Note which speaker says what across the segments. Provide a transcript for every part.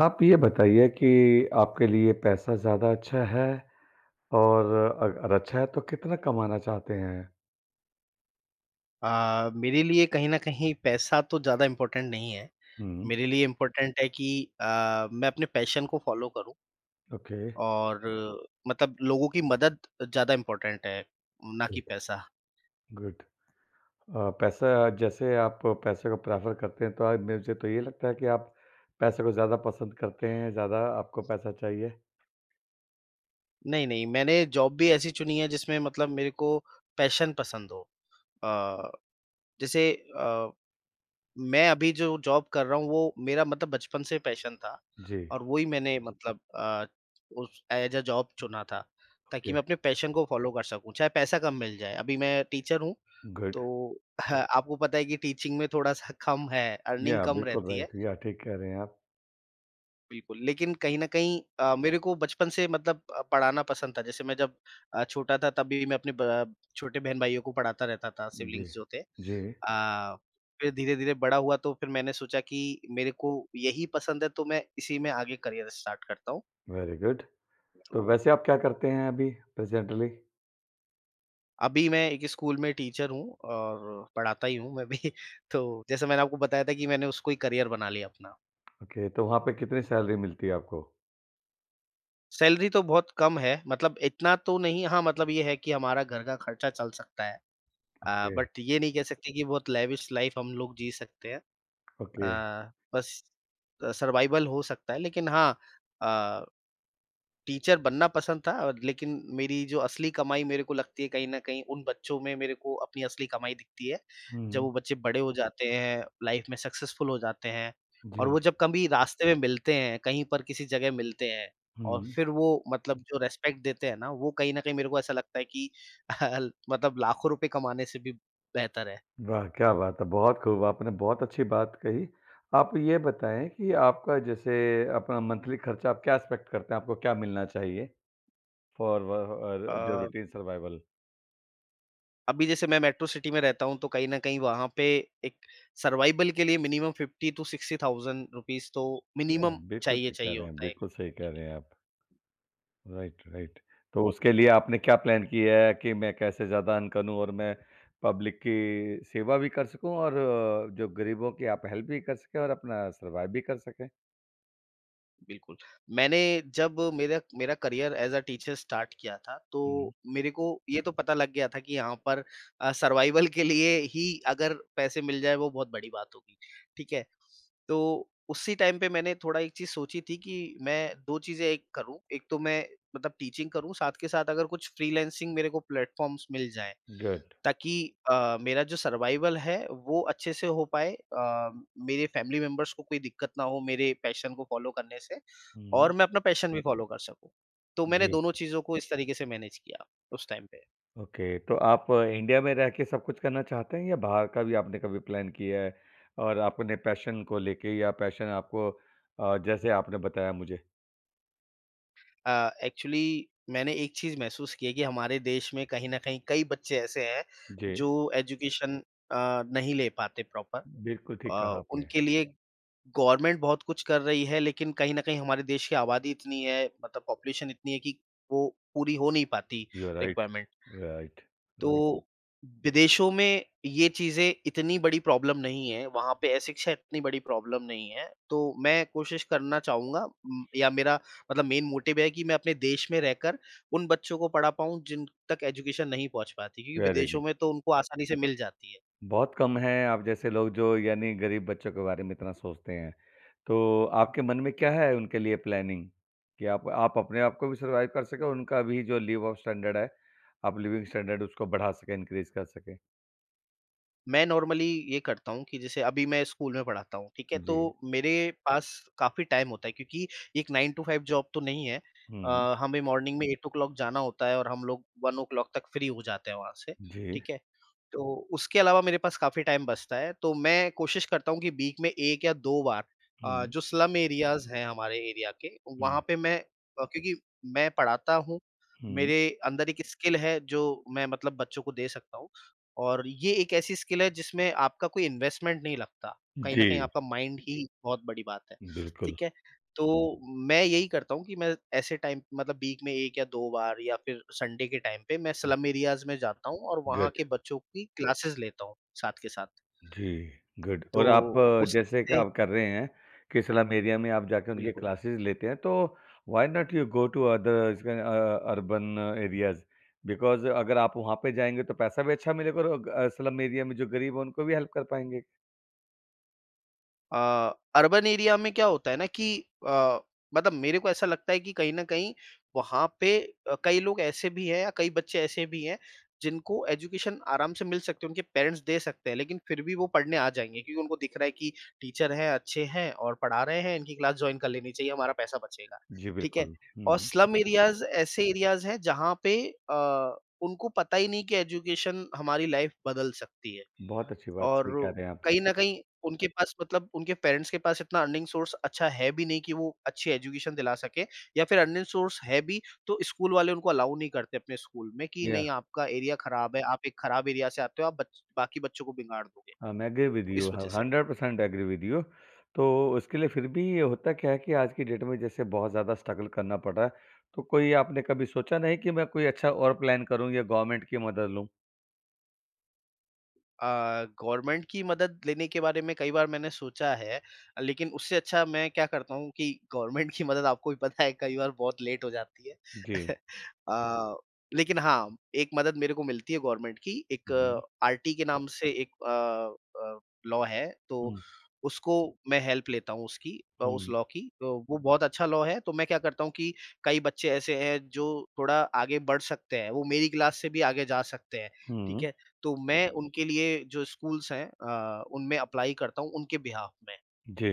Speaker 1: आप ये बताइए कि आपके लिए पैसा ज़्यादा अच्छा है और अगर अच्छा है तो कितना कमाना चाहते हैं?
Speaker 2: मेरे लिए कहीं न कहीं पैसा तो ज़्यादा इम्पोर्टेंट नहीं है।
Speaker 1: हुँ।
Speaker 2: मेरे लिए इम्पोर्टेंट है कि अ, मैं अपने पैशन को फ़ॉलो करूँ
Speaker 1: ओके,
Speaker 2: और मतलब लोगों की मदद ज़्यादा इम्पोर्टेंट है, ना
Speaker 1: गुड,
Speaker 2: कि पैसा।
Speaker 1: गुड। पैसा जैसे आप पैसे को प्रेफ़र करते हैं तो मुझे तो ये लगता है कि आप पैसे को ज़्यादा पसंद करते हैं, ज़्यादा आपको पैसा चाहिए।
Speaker 2: नहीं, नहीं, मैंने जॉब भी ऐसी चुनी है जिसमें मतलब मेरे को पैशन पसंद हो। अ, जैसे अ मैं अभी जो जॉब कर रहा हूँ वो मेरा मतलब बचपन से पैशन था
Speaker 1: जी,
Speaker 2: और वही मैंने मतलब उस एज अ जॉब चुना था, ताकि
Speaker 1: ओके,
Speaker 2: मैं अपने पैशन को फॉलो कर सकूं, चाहे पैसा कम मिल जाए। अभी मैं टीचर हूँ,
Speaker 1: गुड।
Speaker 2: तो आपको पता है कि टीचिंग में थोड़ा सा कम है, अर्निंग
Speaker 1: या
Speaker 2: कम
Speaker 1: बिल्कुल
Speaker 2: रहती है।
Speaker 1: राइट, या ठीक कह रहे हैं आप।
Speaker 2: बिल्कुल, लेकिन कहीं न कहीं मेरे को बचपन से मतलब पढ़ाना पसंद था। जैसे मैं जब छोटा था तब भी मैं अपने ब छोटे बहन-भाइयों को पढ़ाता रहता था,
Speaker 1: जी,
Speaker 2: सिब्लिंग्स जो थे।
Speaker 1: जी,
Speaker 2: फिर धीरे-धीरे बड़ा हुआ तो फिर मैंने सोचा कि मेरे को यही पसंद है, तो मैं इसी में आगे करियर स्टार्ट करता हूँ।
Speaker 1: Very good. तो
Speaker 2: तो
Speaker 1: वैसे आप क्या करते हैं अभी प्रेज़ेंटली?
Speaker 2: अभी मैं एक स्कूल में टीचर हूँ और पढ़ाता ही हूँ मैं भी। तो जैसे मैंने आपको बताया था कि मैंने उसको ही करियर बना लिया अपना।
Speaker 1: ओके, तो वहाँ पे कितनी सैलरी मिलती है आपको?
Speaker 2: सैलरी तो बहुत कम है, मतलब इतना तो नहीं। हाँ, मतलब ये है कि हमारा घर का खर्चा चल सकता है।
Speaker 1: ओके,
Speaker 2: बट ये नहीं कह सकते कि बहुत लेविश लाइफ हम लोग जी सकते हैं।
Speaker 1: ओके।
Speaker 2: बस सर्वाइवल हो सकता है, लेकिन हाँ, अ, टीचर बनना पसंद था, और लेकिन मेरी जो असली कमाई मेरे को लगती है कहीं न कहीं उन बच्चों में मेरे को अपनी असली कमाई दिखती है। जब
Speaker 1: हुँ,
Speaker 2: वो बच्चे बड़े हो जाते हैं, लाइफ में सक्सेसफुल हो जाते हैं और
Speaker 1: जी।
Speaker 2: वो जब कभी रास्ते में मिलते हैं, कहीं पर किसी जगह मिलते हैं और
Speaker 1: हुँ,
Speaker 2: फिर वो मतलब जो रिस्पेक्ट देते हैं ना, वो कहीं न कहीं मेरे को ऐसा लगता है कि मतलब लाखों रुपए कमाने से भी बेहतर है।
Speaker 1: वाह! क्या बात है, बहुत खूब, आपने बहुत अच्छी बात कही। आप ये बताएँ कि आपका जैसे अपना मंथली खर्चा आप क्या एक्सपेक्ट करते हैं, आपको क्या मिलना चाहिए फॉर व और जो
Speaker 2: अ,
Speaker 1: रूटीन सर्वाइवल?
Speaker 2: अभी जैसे मैं मेट्रो सिटी में रहता हूँ, तो कहीं न कहीं वहाँ पे एक सर्वाइवल के लिए मिनिमम 50 टू 60,000 रुपीज़ तो
Speaker 1: या
Speaker 2: मिनिमम
Speaker 1: बिल्कुल
Speaker 2: चाहिए,
Speaker 1: ठीक कह
Speaker 2: चाहिए
Speaker 1: रहे हैं,
Speaker 2: होता है।
Speaker 1: बिल्कुल सही कह रहे हैं आप। Right, right. तो उसके लिए आपने क्या प्लान किया है कि मैं कैसे ज़्यादा अर्न करूँ और मैं पब्लिक की सेवा भी कर सकूँ और जो गरीबों की आप हेल्प भी कर सकें और अपना सर्वाइव भी कर सकें?
Speaker 2: बिल्कुल। मैंने जब मेरा मेरा career as a teacher start किया था, तो
Speaker 1: हुँ,
Speaker 2: मेरे को ये तो पता लग गया था कि यहाँ पर सर्वाइवल के लिए ही अगर पैसे मिल जाए वो बहुत बड़ी बात होगी, ठीक है? तो उसी टाइम पे मैंने थोड़ा एक चीज़ सोची थी कि मैं 2 चीज़ें एक करूँ, एक तो मैं मतलब टीचिंग करूँ, साथ के साथ अगर कुछ फ्रीलांसिंग मेरे को प्लेटफ़ॉर्म्स मिल जाएँ।
Speaker 1: गुड।
Speaker 2: ताकि मेरा जो सर्वाइवल है वो अच्छे से हो पाए, मेरे फैमिली मेंबर्स को कोई दिक्कत ना हो मेरे पैशन को फॉलो करने से
Speaker 1: हुँ,
Speaker 2: और मैं अपना पैशन भी फॉलो कर सकूँ। तो मैंने
Speaker 1: जी।
Speaker 2: दोनों चीज़ों को इस तरीके से मैनेज किया उस टाइम पे।
Speaker 1: ओके, तो आप इंडिया में रह के सब कुछ करना चाहते हैं या बाहर का भी आपने कभी प्लान किया है? और आपने पैशन को लेके या पैशन आपको जैसे आपने बताया मुझे?
Speaker 2: एक्चुअली मैंने एक चीज़ महसूस की है कि हमारे देश में कहीं न कहीं कई बच्चे ऐसे हैं
Speaker 1: जी,
Speaker 2: जो एजुकेशन अ, नहीं ले पाते प्रॉपर।
Speaker 1: बिल्कुल ठीक कहा आपने।
Speaker 2: उनके लिए गवर्नमेंट बहुत कुछ कर रही है, लेकिन कहीं न कहीं हमारे देश की आबादी इतनी है, मतलब पॉपुलेशन इतनी है कि वो पूरी हो नहीं पाती
Speaker 1: you are right,
Speaker 2: requirement.
Speaker 1: Right, right,
Speaker 2: तो विदेशों में ये चीज़ें इतनी बड़ी प्रॉब्लम नहीं है, वहाँ पे अशिक्षा इतनी बड़ी प्रॉब्लम नहीं है। तो मैं कोशिश करना चाहूँगा, या मेरा मतलब मेन मोटिव है कि मैं अपने देश में रहकर उन बच्चों को पढ़ा पाऊँ जिन तक एजुकेशन नहीं पहुँच पाती, क्योंकि
Speaker 1: वेरी गुड।
Speaker 2: विदेशों में तो उनको आसानी से मिल जाती है।
Speaker 1: बहुत कम हैं आप जैसे लोग जो यानी गरीब बच्चों के बारे में इतना सोचते हैं। तो आपके मन में क्या है उनके लिए प्लानिंग? कि आप अपने आप को भी सर्वाइव कर सकें और उनका भी जो लिव ऑफ स्टैंडर्ड है, आप लिविंग स्टैंडर्ड उसको बढ़ा सकें, इनक्रीज़ कर सकें?
Speaker 2: मैं नॉर्मली ये करता हूँ कि जैसे अभी मैं स्कूल में पढ़ाता हूँ, ठीक है?
Speaker 1: जी।
Speaker 2: तो मेरे पास काफ़ी टाइम होता है, क्योंकि एक 9 टू 5 जॉब तो नहीं है।
Speaker 1: हुँ,
Speaker 2: हमें मॉर्निंग में 8 क्लॉक जाना होता है और हम लोग 1 ओ क्लॉक तक फ्री हो जाते हैं वहाँ से,
Speaker 1: जी।
Speaker 2: ठीक है? तो उसके अलावा मेरे पास काफ़ी टाइम बचता है, तो मैं कोशिश करता हूँ कि वीक में 1 या 2 बार
Speaker 1: हुँ,
Speaker 2: जो स्लम एरियाज़ हैं हमारे एरिया के,
Speaker 1: हुँ,
Speaker 2: वहाँ पे मैं, क्योंकि मैं पढ़ाता हूँ,
Speaker 1: हुँ।
Speaker 2: मेरे अंदर एक स्किल है जो मैं मतलब बच्चों को दे सकता हूँ। और ये एक ऐसी स्किल है जिसमें आपका कोई इन्वेस्टमेंट नहीं लगता। कहीं
Speaker 1: जी,
Speaker 2: न कहीं आपका माइंड ही बहुत बड़ी बात है,
Speaker 1: बिल्कुल।
Speaker 2: ठीक है? तो मैं यही करता हूँ कि मैं ऐसे टाइम मतलब वीक में 1 या 2 बार या फिर संडे के टाइम पे मैं स्लम एरियाज़ में जाता हूँ और वहाँ
Speaker 1: गुड,
Speaker 2: के बच्चों की क्लासेस लेता हूँ साथ के साथ।
Speaker 1: जी, गुड
Speaker 2: तो
Speaker 1: और आप
Speaker 2: बिल
Speaker 1: जैसे कि
Speaker 2: उससे
Speaker 1: आप कर रहे हैं कि स्लम एरिया में आप जाके उनके क्लासेस लेते हैं, तो why not you go to other urban areas because अगर आप वहाँ पे जाएँगे तो पैसा भी अच्छा मिलेगा और स्लम एरिया में जो गरीब है उनको भी हेल्प कर पाएँगे।
Speaker 2: अर्बन एरिया में क्या होता है ना कि अ, मतलब मेरे को ऐसा लगता है कि कहीं न कहीं वहाँ पे कई लोग ऐसे भी हैं या कई बच्चे ऐसे भी हैं, जिनको एजुकेशन आराम से मिल सकती है, उनके पेरेंट्स दे सकते हैं, लेकिन फिर भी वो पढ़ने आ जाएँगे क्योंकि उनको दिख रहा है कि टीचर हैं, अच्छे हैं और पढ़ा रहे हैं, इनकी क्लास जॉइन कर लेनी चाहिए, हमारा पैसा बचेगा,
Speaker 1: जी,
Speaker 2: ठीक है?
Speaker 1: बिल्कुल।
Speaker 2: और
Speaker 1: हुँ,
Speaker 2: स्लम एरियाज़ ऐसे एरियाज़ हैं जहाँ पे अ, उनको पता ही नहीं कि एजुकेशन हमारी लाइफ़ बदल सकती है।
Speaker 1: बहुत अच्छी बात सही
Speaker 2: और
Speaker 1: कह रहे हैं आप।
Speaker 2: कहीं न कहीं उनके पास मतलब उनके पेरेंट्स के पास इतना अर्निंग सोर्स अच्छा है भी नहीं कि वो अच्छी एजुकेशन दिला सकें या फिर अर्निंग सोर्स है भी, तो स्कूल वाले उनको अलाउ नहीं करते अपने स्कूल में कि
Speaker 1: या
Speaker 2: नहीं आपका एरिया खराब है, आप एक खराब एरिया से आते हो, आप बच बाकी बच्चों को बिगाड़ दोगे।
Speaker 1: I'm agree with
Speaker 2: तो
Speaker 1: you,
Speaker 2: इस
Speaker 1: ह
Speaker 2: वजह से।
Speaker 1: 100% एग्री विद यू। तो उसके लिए फिर भी ये होता क्या है कि आज की डेट में जैसे बहुत ज़्यादा स्ट्रगल करना पड़ रहा है, तो कोई आपने कभी सोचा नहीं कि मैं कोई अच्छा और प्लान करूँ या गवर्नमेंट की मदद लूँ?
Speaker 2: अ, गवर्नमेंट की मदद लेने के बारे में कई बार मैंने सोचा है, लेकिन उससे अच्छा मैं क्या करता हूँ कि गवर्नमेंट की मदद, आपको भी पता है, कई बार बहुत लेट हो जाती है।
Speaker 1: जी।
Speaker 2: अ, लेकिन हाँ, एक मदद मेरे को मिलती है गवर्नमेंट की, एक
Speaker 1: हुँ,
Speaker 2: आरटी के नाम से एक लॉ है, तो
Speaker 1: हुँ,
Speaker 2: उसको मैं हेल्प लेता हूँ उसकी, उस
Speaker 1: हुँ,
Speaker 2: लॉ की। तो वो बहुत अच्छा लॉ है, तो मैं क्या करता हूँ कि कई बच्चे ऐसे हैं जो थोड़ा आगे बढ़ सकते हैं, वो मेरी क्लास से भी आगे जा सकते हैं, ठीक
Speaker 1: हुँ।
Speaker 2: है? तो हुँ, मैं हुँ। उनके लिए जो स्कूल्स हैं, उनमें अप्लाई करता हूँ उनके बिहाफ़ में।
Speaker 1: जी,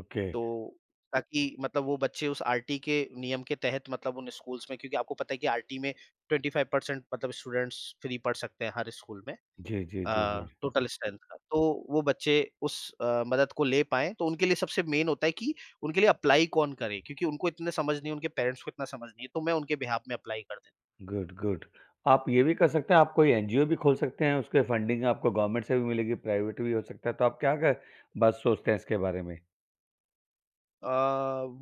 Speaker 1: ओके।
Speaker 2: तो ताकि मतलब वो बच्चे उस आरटी के नियम के तहत मतलब उन स्कूल्स में, क्योंकि आपको पता है कि आरटी में 25% मतलब स्टूडेंट्स फ्री पढ़ सकते हैं हर स्कूल में,
Speaker 1: जी, जी, जी, जी।
Speaker 2: टोटल स्ट्रेंथ का। तो वो बच्चे उस मदद को ले पाएँ तो उनके लिए सबसे मेन होता है कि उनके लिए अप्लाई कौन करे? क्योंकि उनको इतना समझ नहीं है, उनके पेरेंट्स को इतना समझ नहीं है, तो मैं उनके बिहाफ़ में अप्लाई कर देता।
Speaker 1: Good, good. आप ये भी कर सकते हैं, आप कोई एनजीओ भी खोल सकते हैं, उसके फंडिंग आपको गवर्नमेंट से भी मिलेगी, प्राइवेट भी हो सकता है, तो आप क्या क बात सोचते हैं इसके बारे में?
Speaker 2: अ,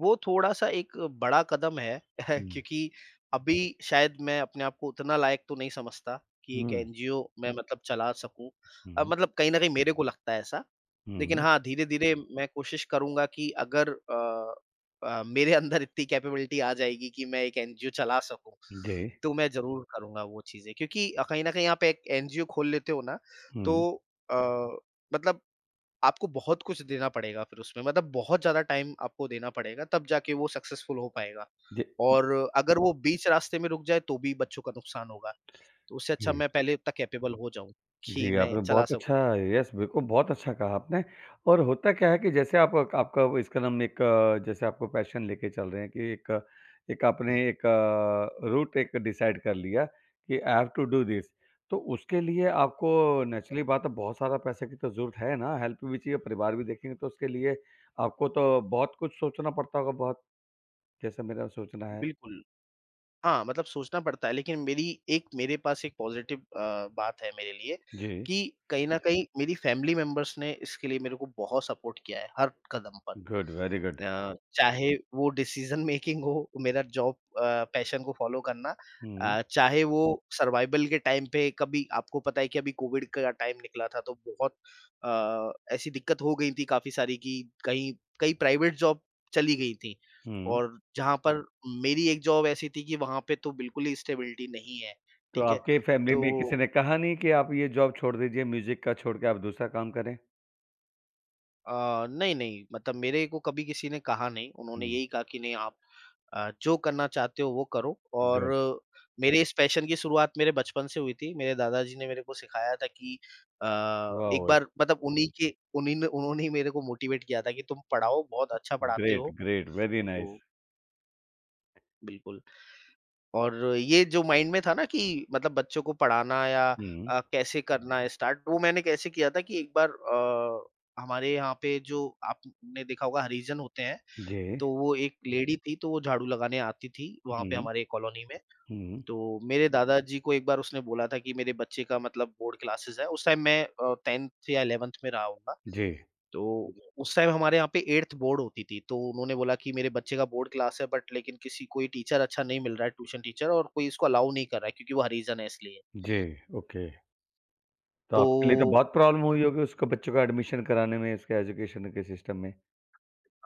Speaker 2: वो थोड़ा-सा एक बड़ा कदम है
Speaker 1: हुँ,
Speaker 2: क्योंकि अभी शायद मैं अपने आप को उतना लायक तो नहीं समझता कि एक
Speaker 1: हुँ,
Speaker 2: एनजीओ मैं मतलब चला सकूँ।
Speaker 1: हुँ,
Speaker 2: मतलब कहीं न कहीं मेरे को लगता है ऐसा। लेकिन
Speaker 1: हुँ।
Speaker 2: हाँ, धीरे-धीरे मैं कोशिश करूँगा कि अगर मेरे अंदर इतनी कैपेबिलिटी आ जाएगी कि मैं एक एनजीओ चला सकूँ,
Speaker 1: जी,
Speaker 2: तो मैं ज़रूर करूँगा वो चीज़ें। क्योंकि कहीं न कहीं आप एक एनजीओ खोल लेते हो ना, तो
Speaker 1: हुँ।
Speaker 2: अ, मतलब आपको बहुत कुछ देना पड़ेगा फिर उसमें, मतलब बहुत ज़्यादा टाइम आपको देना पड़ेगा तब जाके वो सक्सेसफुल हो पाएगा।
Speaker 1: जी,
Speaker 2: और अगर वो बीच रास्ते में रुक जाए तो भी बच्चों का नुकसान होगा। तो उससे अच्छा
Speaker 1: जी,
Speaker 2: मैं पहले इतना कैपेबल हो जाऊँ कि
Speaker 1: जी,
Speaker 2: मैं
Speaker 1: आपने
Speaker 2: चला
Speaker 1: बहुत
Speaker 2: सकूँ।
Speaker 1: अच्छा यस बिल्कुल बहुत अच्छा कहा आपने और होता क्या है कि जैसे आप आपका वो इसका नाम जैसे आपको पैशन लेके चल रहे हैं कि एक आपने
Speaker 2: हुँ,
Speaker 1: एक रूट एक डिसाइड कर लिया कि I have to do this. तो उसके लिए आपको नेचुरली बात है बहुत सारा पैसे की तो ज़रूरत है ना, हेल्प भी चाहिए, परिवार भी देखेंगे तो उसके लिए आपको तो बहुत कुछ सोचना पड़ता होगा बहुत जैसे मेरा सोचना है।
Speaker 2: बिल्कुल। हाँ, मतलब सोचना पड़ता है, लेकिन मेरी एक मेरे पास एक पॉज़िटिव बात है मेरे लिए,
Speaker 1: जी,
Speaker 2: कि कहीं न कहीं मेरी फैमिली मेंबर्स ने इसके लिए मेरे को बहुत सपोर्ट किया है हर कदम पर।
Speaker 1: Good very good.
Speaker 2: चाहे वो डिसीज़न मेकिंग हो, मेरा जॉब, पैशन को फ़ॉलो करना,
Speaker 1: हुँ,
Speaker 2: चाहे वो सर्वाइवल के टाइम पे, कभी आपको पता है कि अभी कोविड का टाइम निकला था तो बहुत ऐसी दिक्कत हो गई थी काफ़ी सारी कि कहीं कई प्राइवेट जॉब चली गई थी,
Speaker 1: हुँ।
Speaker 2: और जहाँ पर मेरी एक जॉब ऐसी थी कि वहाँ पे तो बिल्कुल ही स्टेबिलिटी नहीं है,
Speaker 1: तो
Speaker 2: ठीक है?
Speaker 1: आपके फैमिली
Speaker 2: तो
Speaker 1: में किसी ने कहा नहीं कि आप ये जॉब छोड़ दीजिए, म्यूज़िक का छोड़ के आप दूसरा काम करें?
Speaker 2: अ, नहीं, मतलब मेरे को कभी किसी ने कहा नहीं, उन्होंने
Speaker 1: हुँ,
Speaker 2: यही कहा कि नहीं आप जो करना चाहते हो वो करो। और
Speaker 1: गुड,
Speaker 2: मेरे इस पैशन की शुरुआत मेरे बचपन से हुई थी। मेरे दादाजी ने मेरे को सिखाया था कि अ, एक
Speaker 1: वाओ! इट्स
Speaker 2: बार मतलब उन्हीं के उन्हीं ने उन्होंने ही मेरे को मोटिवेट किया था कि तुम पढ़ाओ, बहुत अच्छा पढ़ाते
Speaker 1: ग्रेट,
Speaker 2: हो।
Speaker 1: Great, very nice.
Speaker 2: तो बिल्कुल। और ये जो माइंड में था ना कि मतलब बच्चों को पढ़ाना या
Speaker 1: हुँ,
Speaker 2: कैसे करना है स्टार्ट, वो मैंने कैसे किया था कि एक बार हमारे यहाँ पे जो आपने देखा होगा हरिजन होते हैं,
Speaker 1: जी।
Speaker 2: तो वो एक लेडी थी, तो वो झाड़ू लगाने आती थी, वहाँ पे
Speaker 1: हुँ,
Speaker 2: हमारे कॉलोनी में।
Speaker 1: हुँ,
Speaker 2: तो मेरे दादाजी को एक बार उसने बोला था कि मेरे बच्चे का मतलब बोर्ड क्लासेस है, उस टाइम मैं 10th या 11th में रहा होऊँगा।
Speaker 1: जी,
Speaker 2: तो जी। उस टाइम हमारे यहाँ पे 8th बोर्ड होती थी, तो उन्होंने बोला कि मेरे बच्चे का बोर्ड क्लास है बट लेकिन किसी कोई टीचर अच्छा नहीं मिल रहा है, ट्यूशन टीचर और कोई इसको अलाउ नहीं कर रहा है क्योंकि वो हरिजन है इसलिए।
Speaker 1: जी, ओके। तो
Speaker 2: तो
Speaker 1: आपके लिए तो बहुत प्रॉब्लम हुई होगी उसको बच्चों का एडमिशन कराने में, इसके एजुकेशन के सिस्टम में,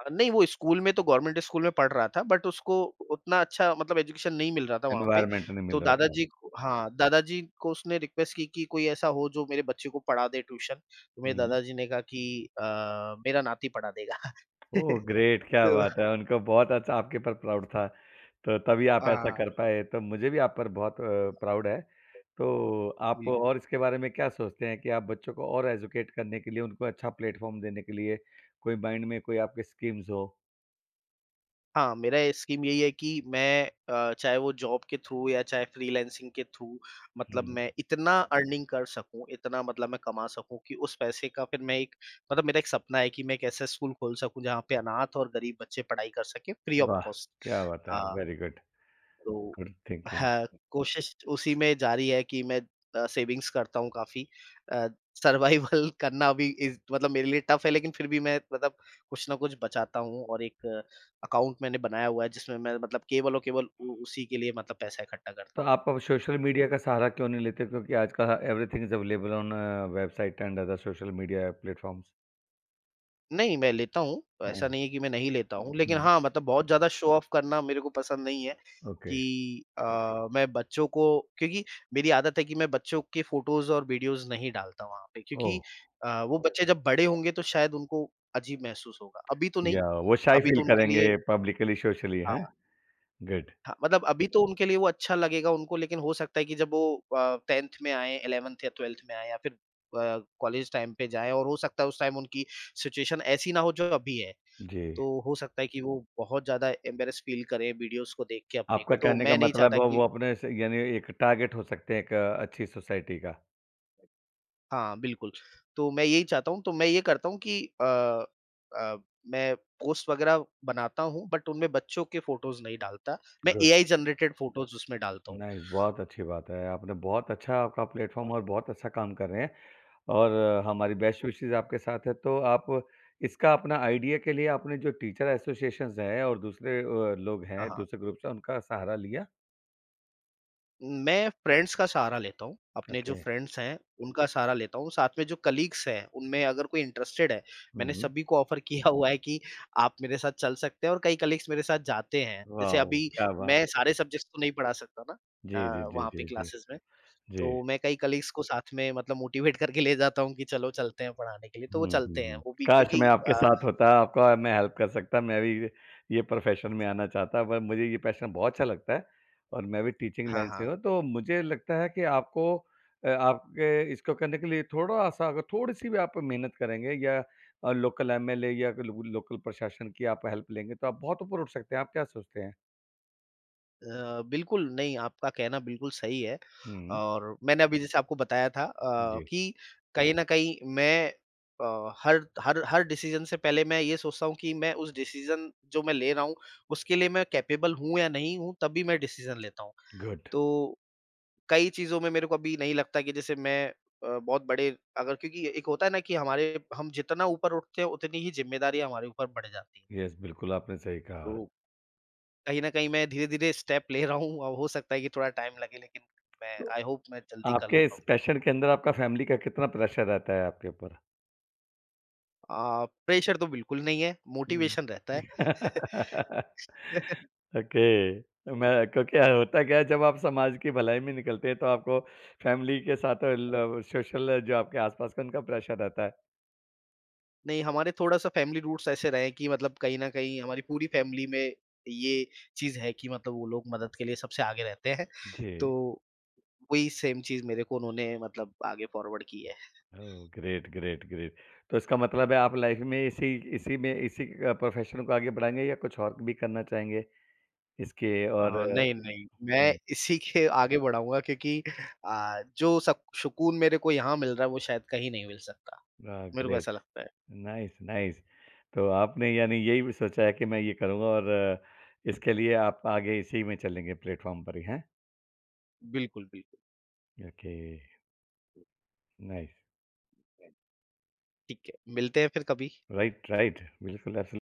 Speaker 2: नहीं वो स्कूल में तो गवर्नमेंट स्कूल में पढ़ रहा था बट उसको उतना अच्छा मतलब एजुकेशन नहीं मिल रहा था वहाँ पे।
Speaker 1: एनवायरनमेंट नहीं
Speaker 2: तो
Speaker 1: मिल
Speaker 2: ओह!
Speaker 1: रहा था।
Speaker 2: दादाजी को हाँ, दादाजी को उसने रिक्वेस्ट की कि कोई ऐसा हो जो मेरे बच्चे को पढ़ा दे ट्यूशन। तो मेरे
Speaker 1: हुँ।
Speaker 2: दादाजी ने कहा कि मेरा नाती पढ़ा देगा।
Speaker 1: ओह! ग्रेट क्या
Speaker 2: तो
Speaker 1: बात है। उनको बहुत अच्छा आपके ऊपर प्राउड था, तो तभी आप ऐसा
Speaker 2: हाँ।
Speaker 1: कर पाए, तो मुझे भी आप पर बहुत प्राउड है। तो आप और इसके बारे में क्या सोचते हैं कि आप बच्चों को और एजुकेट करने के लिए, उनको अच्छा प्लेटफ़ॉर्म देने के लिए कोई माइंड में कोई आपके स्कीम्स हो?
Speaker 2: हाँ, मेरा स्कीम यही है कि मैं चाहे वो जॉब के थ्रू या चाहे फ्रीलांसिंग के थ्रू मतलब
Speaker 1: हुँ,
Speaker 2: मैं इतना अर्निंग कर सकूँ, इतना मतलब मैं कमा सकूँ कि उस पैसे का फिर मैं एक मतलब मेरा एक सपना है कि मैं एक ऐसा स्कूल खोल सकूँ जहाँ पे अनाथ और गरीब बच्चे पढ़ाई कर सकें फ्री ऑफ
Speaker 1: वाह!
Speaker 2: कॉस्ट।
Speaker 1: क्या बात है,
Speaker 2: हाँ।
Speaker 1: वेरी गुड,
Speaker 2: तो
Speaker 1: गुड थिंकिंग।
Speaker 2: हाँ, कोशिश उसी में जारी है कि मैं सेविंग्स करता हूँ काफ़ी। अ, सर्वाइवल करना अभी इज़ मतलब मेरे लिए टफ़ है, लेकिन फिर भी मैं मतलब कुछ ना कुछ बचाता हूँ और एक अकाउंट मैंने बनाया हुआ है जिसमें मैं मतलब केवल और केवल उ उसी के लिए मतलब पैसा इकट्ठा करता
Speaker 1: तो
Speaker 2: हूँ।
Speaker 1: आप अब सोशल मीडिया का सहारा क्यों नहीं लेते? क्योंकि आजकल everything is available on website and other social media platforms.
Speaker 2: नहीं, मैं लेता हूँ,
Speaker 1: हाँ,
Speaker 2: ऐसा नहीं है कि मैं नहीं लेता हूँ, लेकिन
Speaker 1: हाँ,
Speaker 2: हाँ, मतलब बहुत ज़्यादा शो ऑफ करना मेरे को पसंद नहीं है
Speaker 1: ओके,
Speaker 2: कि मैं बच्चों को, क्योंकि मेरी आदत है कि मैं बच्चों के फ़ोटोज़ और वीडियोज़ नहीं डालता वहाँ पे,
Speaker 1: ओह!
Speaker 2: क्योंकि वो बच्चे जब बड़े होंगे तो शायद उनको अजीब महसूस होगा। अभी तो नहीं,
Speaker 1: या वो शाय
Speaker 2: अभी
Speaker 1: फ़ील
Speaker 2: तो या उनके
Speaker 1: करेंगे
Speaker 2: लिए
Speaker 1: पब्लिकली, सोशली
Speaker 2: हाँ,
Speaker 1: हैं? गुड,
Speaker 2: हाँ, मतलब अभी तो उनके लिए वो अच्छा लगेगा, उनको। लेकिन हो सकता है कि जब वो 10th में आएँ, 11th या 12th में आएँ या फिर कॉलेज टाइम पे जाएँ, और हो सकता है उस टाइम उनकी सिचुएशन ऐसी ना हो जो अभी है।
Speaker 1: जी।
Speaker 2: तो हो सकता है कि वो बहुत ज़्यादा एम्बैरेस फ़ील करें वीडियोज़ को देख के अपने को,
Speaker 1: आपका
Speaker 2: तो
Speaker 1: कहने का
Speaker 2: मैं नहीं
Speaker 1: मतलब
Speaker 2: चाहता
Speaker 1: है वो
Speaker 2: कि
Speaker 1: अपने से यानी एक टारगेट हो सकते हैं एक अच्छी सोसाइटी का।
Speaker 2: हाँ, बिल्कुल। तो मैं यही चाहता हूँ, तो मैं ये करता हूँ कि अ, मैं पोस्ट वग़ैरह बनाता हूँ बट उनमें बच्चों के फ़ोटोज़ नहीं डालता, मैं
Speaker 1: गुड,
Speaker 2: एआई जनरेटेड फ़ोटोज़ उसमें डालता हूँ।
Speaker 1: नाइस बहुत अच्छी बात है। आपने बहुत अच्छा आपका प्लेटफ़ॉर्म
Speaker 2: और
Speaker 1: और बहुत अच्छा काम कर रहे हैं और हमारी बेस्ट विशेज़ आपके साथ है। तो आप इसका अपना आइडिया के लिए आपने जो टीचर एसोसिएशंस हैं और दूसरे लोग
Speaker 2: हाँ,
Speaker 1: हैं,
Speaker 2: हाँ।
Speaker 1: दूसरे ग्रुप्स हैं, उनका सहारा लिया?
Speaker 2: मैं फ्रेंड्स का सहारा लेता हूँ, अपने जो
Speaker 1: ओके।
Speaker 2: फ्रेंड्स हैं, उनका सहारा लेता हूँ, साथ में जो कलीग्स हैं, उनमें अगर कोई इंटरेस्टेड है, मैंने
Speaker 1: हुँ,
Speaker 2: सभी को ऑफ़र किया हुआ है कि आप मेरे साथ चल सकते हैं, और कई कलीग्स मेरे साथ जाते हैं। जैसे
Speaker 1: वाओ!
Speaker 2: अभी
Speaker 1: क्या बात
Speaker 2: मैं
Speaker 1: है।
Speaker 2: सारे सब्जेक्ट्स तो नहीं पढ़ा सकता ना
Speaker 1: जी, जी, जी,
Speaker 2: वहाँ
Speaker 1: जी,
Speaker 2: पे
Speaker 1: जी।
Speaker 2: क्लासेस में,
Speaker 1: जी।
Speaker 2: तो मैं कई कलीग्स को साथ में मतलब मोटिवेट करके ले जाता हूँ कि चलो चलते हैं पढ़ाने के लिए, तो वो
Speaker 1: हुँ, हुँ,
Speaker 2: चलते हैं,
Speaker 1: हुँ।
Speaker 2: वो भी
Speaker 1: काश मैं
Speaker 2: क्योंकि
Speaker 1: आपके साथ होता, आपका मैं हेल्प कर सकता, मैं भी ये प्रोफ़ेशन में आना चाहता, पर मुझे ये पैशन बहुत अच्छा लगता है और मैं भी टीचिंग
Speaker 2: हाँ,
Speaker 1: लाइन से
Speaker 2: हाँ।
Speaker 1: हूँ। तो मुझे लगता है कि आपके इसको करने के लिए थोड़ा-सा अगर थोड़ी-सी भी आप मेहनत करेंगे या लोकल एमएलए या लो लोकल प्रशासन की आप हेल्प लेंगे, तो आप बहुत ऊपर उठ सकते हैं। आप क्या सोचते हैं?
Speaker 2: बिल्कुल नहीं, आपका कहना बिल्कुल सही है।
Speaker 1: हुँ,
Speaker 2: और मैंने अभी जैसे आपको बताया था
Speaker 1: जी,
Speaker 2: कि कहीं न कहीं मैं हर हर हर डिसीज़न से पहले मैं ये सोचता हूँ कि मैं उस डिसीज़न जो मैं ले रहा हूँ, उसके लिए मैं कैपेबल हूँ या नहीं हूँ, तभी मैं डिसीज़न लेता हूँ।
Speaker 1: गुड।
Speaker 2: तो कई चीज़ों में मेरे को अभी नहीं लगता कि जैसे मैं बहुत बड़े अगर क्योंकि एक होता है ना कि हमारे हम जितना ऊपर उठते हैं, उतनी ही ज़िम्मेदारियाँ हमारे ऊपर बढ़ जाती हैं।
Speaker 1: यस, बिल्कुल आपने सही
Speaker 2: तो
Speaker 1: कहा।
Speaker 2: कहीं न कहीं मैं धीरे-धीरे स्टेप ले रहा हूँ, अब हो सकता है कि थोड़ा टाइम लगे, लेकिन मैं
Speaker 1: तो
Speaker 2: आई होप मैं जल्दी कर
Speaker 1: आपके
Speaker 2: लूँगा
Speaker 1: इस
Speaker 2: वो।
Speaker 1: पैशन के अंदर आपका फैमिली का कितना प्रेशर रहता है आपके ऊपर?
Speaker 2: प्रेशर तो बिल्कुल नहीं है,
Speaker 1: हुँ।
Speaker 2: मोटिवेशन रहता है।
Speaker 1: ओके। मैं क्योंकि होता क्या है जब आप समाज की भलाई में निकलते हैं तो आपको फैमिली के साथ ल सोशल जो आपके आस-पास का उनका प्रेशर रहता है।
Speaker 2: नहीं, हमारे थोड़ा-सा फैमिली रूट्स ऐसे रहे हैं कि मतलब कहीं न कहीं हमारी पूरी फैमिली में ये चीज़ है कि मतलब वो लोग मदद के लिए सबसे आगे रहते हैं,
Speaker 1: जी।
Speaker 2: तो वही सेम चीज़ मेरे को उन्होंने मतलब आगे फॉरवर्ड की है।
Speaker 1: ओह! Great, great, great. तो इसका मतलब है आप लाइफ़ में इसी इसी में इसी अ, प्रोफ़ेशन को आगे बढ़ाएँगे या कुछ और भी करना चाहेंगे इसके और
Speaker 2: नहीं, मैं
Speaker 1: हुँ,
Speaker 2: इसी के आगे बढ़ाऊँगा, क्योंकि जो सक सुकून मेरे को यहाँ मिल रहा है वो शायद कहीं नहीं मिल सकता। मेरे को
Speaker 1: ग्रेट।
Speaker 2: ऐसा लगता है।
Speaker 1: Nice, nice. तो आपने यानी यही भी सोचा है कि मैं ये करूँगा और इसके लिए आप आगे इसी में चलेंगे प्लेटफ़ॉर्म पर ही, हैं?
Speaker 2: बिल्कुल, बिल्कुल,
Speaker 1: Yeah, Okay, nice.
Speaker 2: बिल्कुल। ठीक है, मिलते हैं फिर कभी।
Speaker 1: Right, right. Beautiful, Absolutely.